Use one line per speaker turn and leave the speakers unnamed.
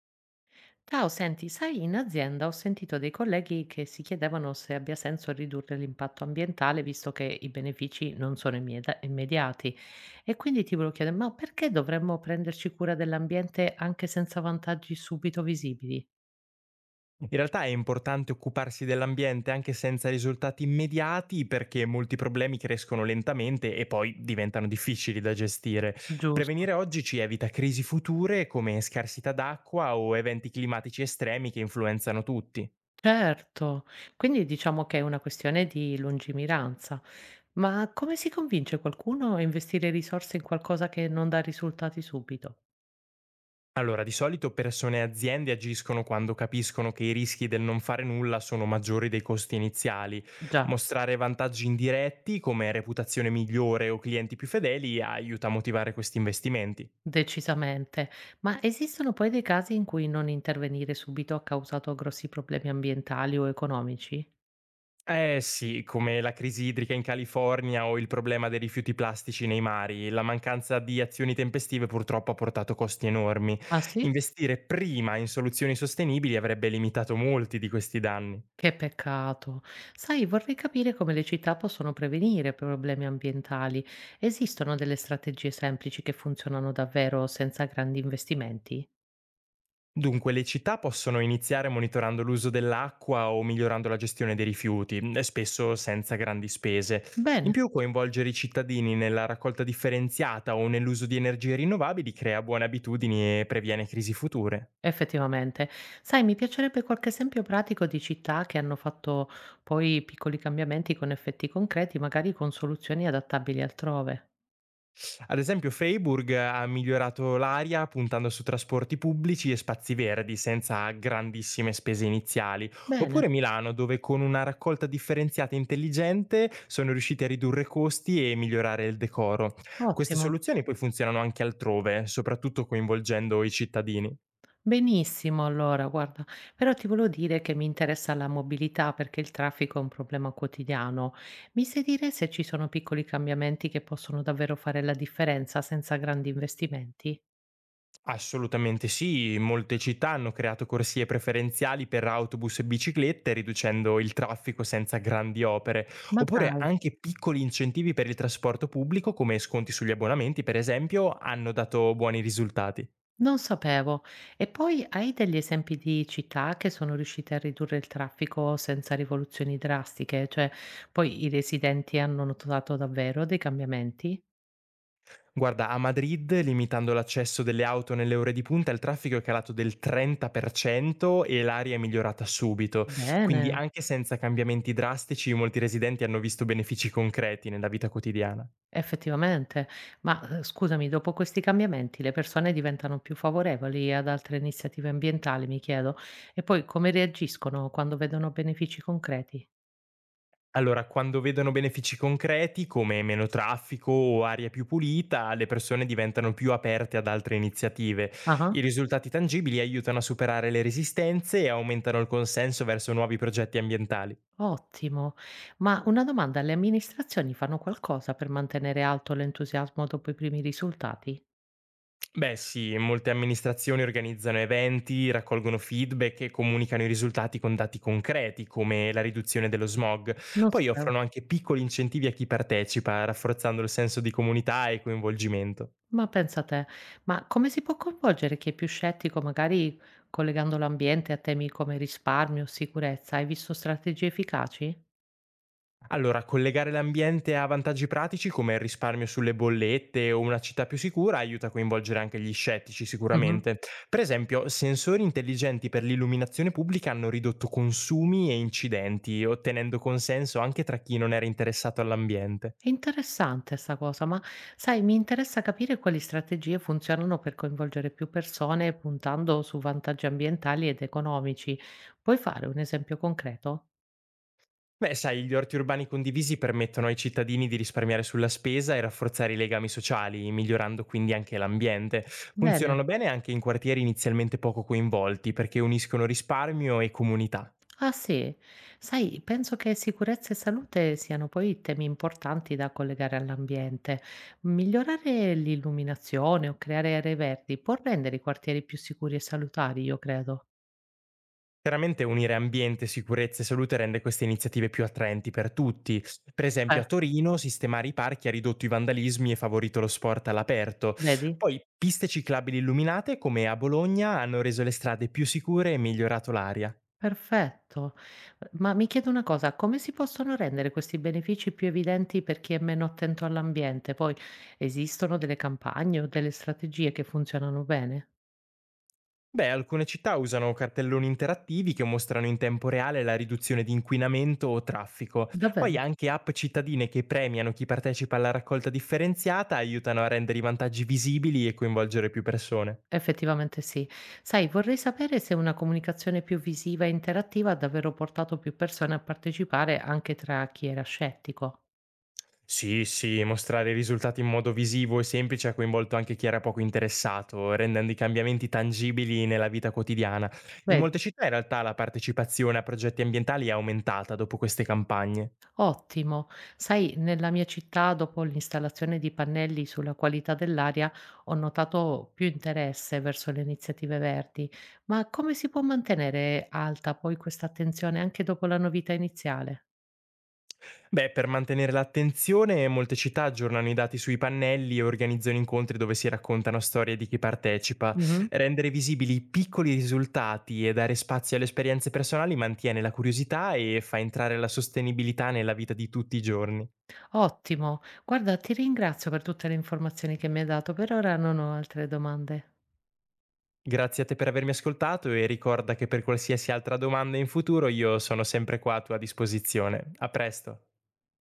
Ciao, senti, sai, in azienda ho sentito dei colleghi che si chiedevano se abbia senso ridurre l'impatto ambientale, visto che i benefici non sono immediati. E quindi ti volevo chiedere, ma perché dovremmo prenderci cura dell'ambiente anche senza vantaggi subito visibili?
In realtà è importante occuparsi dell'ambiente anche senza risultati immediati perché molti problemi crescono lentamente e poi diventano difficili da gestire.
Giusto.
Prevenire oggi ci evita crisi future come scarsità d'acqua o eventi climatici estremi che influenzano tutti.
Certo, quindi diciamo che è una questione di lungimiranza. Ma come si convince qualcuno a investire risorse in qualcosa che non dà risultati subito?
Allora, di solito persone e aziende agiscono quando capiscono che i rischi del non fare nulla sono maggiori dei costi iniziali.
Già.
Mostrare vantaggi indiretti come reputazione migliore o clienti più fedeli aiuta a motivare questi investimenti.
Decisamente. Ma esistono poi dei casi in cui non intervenire subito ha causato grossi problemi ambientali o economici?
Eh sì, come la crisi idrica in California o il problema dei rifiuti plastici nei mari, la mancanza di azioni tempestive purtroppo ha portato costi enormi.
Ah sì?
Investire prima in soluzioni sostenibili avrebbe limitato molti di questi danni.
Che peccato. Sai, vorrei capire come le città possono prevenire problemi ambientali. Esistono delle strategie semplici che funzionano davvero senza grandi investimenti?
Dunque le città possono iniziare monitorando l'uso dell'acqua o migliorando la gestione dei rifiuti, e spesso senza grandi spese.
Bene,
In più coinvolgere i cittadini nella raccolta differenziata o nell'uso di energie rinnovabili crea buone abitudini e previene crisi future.
effettivamente. Sai, mi piacerebbe qualche esempio pratico di città che hanno fatto poi piccoli cambiamenti con effetti concreti, magari con soluzioni adattabili altrove.
Ad esempio, Freiburg ha migliorato l'aria puntando su trasporti pubblici e spazi verdi senza grandissime spese iniziali,
Bene.
oppure Milano, dove con una raccolta differenziata intelligente sono riusciti a ridurre costi e migliorare il decoro. Queste
Ottimo,
soluzioni poi funzionano anche altrove, soprattutto coinvolgendo i cittadini.
benissimo allora guarda. Però ti volevo dire che mi interessa la mobilità perché il traffico è un problema quotidiano. Mi sai dire se ci sono piccoli cambiamenti che possono davvero fare la differenza senza grandi investimenti?
Assolutamente sì, molte città hanno creato corsie preferenziali per autobus e biciclette, riducendo il traffico senza grandi opere,
Ma
oppure
dai,
anche piccoli incentivi per il trasporto pubblico, come sconti sugli abbonamenti, per esempio, hanno dato buoni risultati.
non sapevo. E poi hai degli esempi di città che sono riuscite a ridurre il traffico senza rivoluzioni drastiche? Cioè, poi i residenti hanno notato davvero dei cambiamenti?
Guarda, a Madrid, limitando l'accesso delle auto nelle ore di punta, il traffico è calato del 30% e l'aria è migliorata subito. Quindi
Bene.
anche senza cambiamenti drastici, molti residenti hanno visto benefici concreti nella vita quotidiana.
Effettivamente, ma, scusami, dopo questi cambiamenti le persone diventano più favorevoli ad altre iniziative ambientali, mi chiedo, e poi come reagiscono quando vedono benefici concreti?
Allora, quando vedono benefici concreti come meno traffico o aria più pulita, le persone diventano più aperte ad altre iniziative.
Ah-ah,
I risultati tangibili aiutano a superare le resistenze e aumentano il consenso verso nuovi progetti ambientali.
ottimo. Ma una domanda, le amministrazioni fanno qualcosa per mantenere alto l'entusiasmo dopo i primi risultati?
Beh sì, molte amministrazioni organizzano eventi, raccolgono feedback e comunicano i risultati con dati concreti, come la riduzione dello smog.
Non
Poi
sapevo.
offrono anche piccoli incentivi a chi partecipa, rafforzando il senso di comunità e coinvolgimento.
Ma pensa te, ma come si può coinvolgere chi è più scettico, magari collegando l'ambiente a temi come risparmio o sicurezza? Hai visto strategie efficaci?
Allora, collegare l'ambiente a vantaggi pratici come il risparmio sulle bollette o una città più sicura aiuta a coinvolgere anche gli scettici
Mh-mh.
sicuramente. Per esempio, sensori intelligenti per l'illuminazione pubblica hanno ridotto consumi e incidenti, ottenendo consenso anche tra chi non era interessato all'ambiente.
È interessante 'sta cosa, ma sai, mi interessa capire quali strategie funzionano per coinvolgere più persone puntando su vantaggi ambientali ed economici. Puoi fare un esempio concreto?
Beh, sai, gli orti urbani condivisi permettono ai cittadini di risparmiare sulla spesa e rafforzare i legami sociali, migliorando quindi anche l'ambiente.
Bene.
Funzionano bene anche in quartieri inizialmente poco coinvolti perché uniscono risparmio e comunità.
Ah sì? Sai, penso che sicurezza e salute siano poi temi importanti da collegare all'ambiente. Migliorare l'illuminazione o creare aree verdi può rendere i quartieri più sicuri e salutari, io credo.
Chiaramente unire ambiente, sicurezza e salute rende queste iniziative più attraenti per tutti. Per esempio a
Certo,
Torino sistemare i parchi ha ridotto i vandalismi e favorito lo sport all'aperto.
vedi?
Poi piste ciclabili illuminate come a Bologna hanno reso le strade più sicure e migliorato l'aria.
Perfetto. Ma mi chiedo una cosa, come si possono rendere questi benefici più evidenti per chi è meno attento all'ambiente? Poi esistono delle campagne o delle strategie che funzionano bene?
Beh, alcune città usano cartelloni interattivi che mostrano in tempo reale la riduzione di inquinamento o traffico. Poi
Davvero?
anche app cittadine che premiano chi partecipa alla raccolta differenziata aiutano a rendere i vantaggi visibili e coinvolgere più persone.
Effettivamente sì. Sai, vorrei sapere se una comunicazione più visiva e interattiva ha davvero portato più persone a partecipare anche tra chi era scettico.
Sì, sì, mostrare i risultati in modo visivo e semplice ha coinvolto anche chi era poco interessato, rendendo i cambiamenti tangibili nella vita quotidiana. In
Vedi?
molte città in realtà la partecipazione a progetti ambientali è aumentata dopo queste campagne.
Ottimo. Sai, nella mia città, dopo l'installazione di pannelli sulla qualità dell'aria, ho notato più interesse verso le iniziative verdi. Ma come si può mantenere alta poi questa attenzione anche dopo la novità iniziale?
Beh, per mantenere l'attenzione, molte città aggiornano i dati sui pannelli e organizzano incontri dove si raccontano storie di chi partecipa.
Mhm.
Rendere visibili i piccoli risultati e dare spazio alle esperienze personali mantiene la curiosità e fa entrare la sostenibilità nella vita di tutti i giorni.
Ottimo. Guarda, ti ringrazio per tutte le informazioni che mi hai dato. Per ora non ho altre domande.
Grazie a te per avermi ascoltato e ricorda che per qualsiasi altra domanda in futuro io sono sempre qua a tua disposizione. A presto.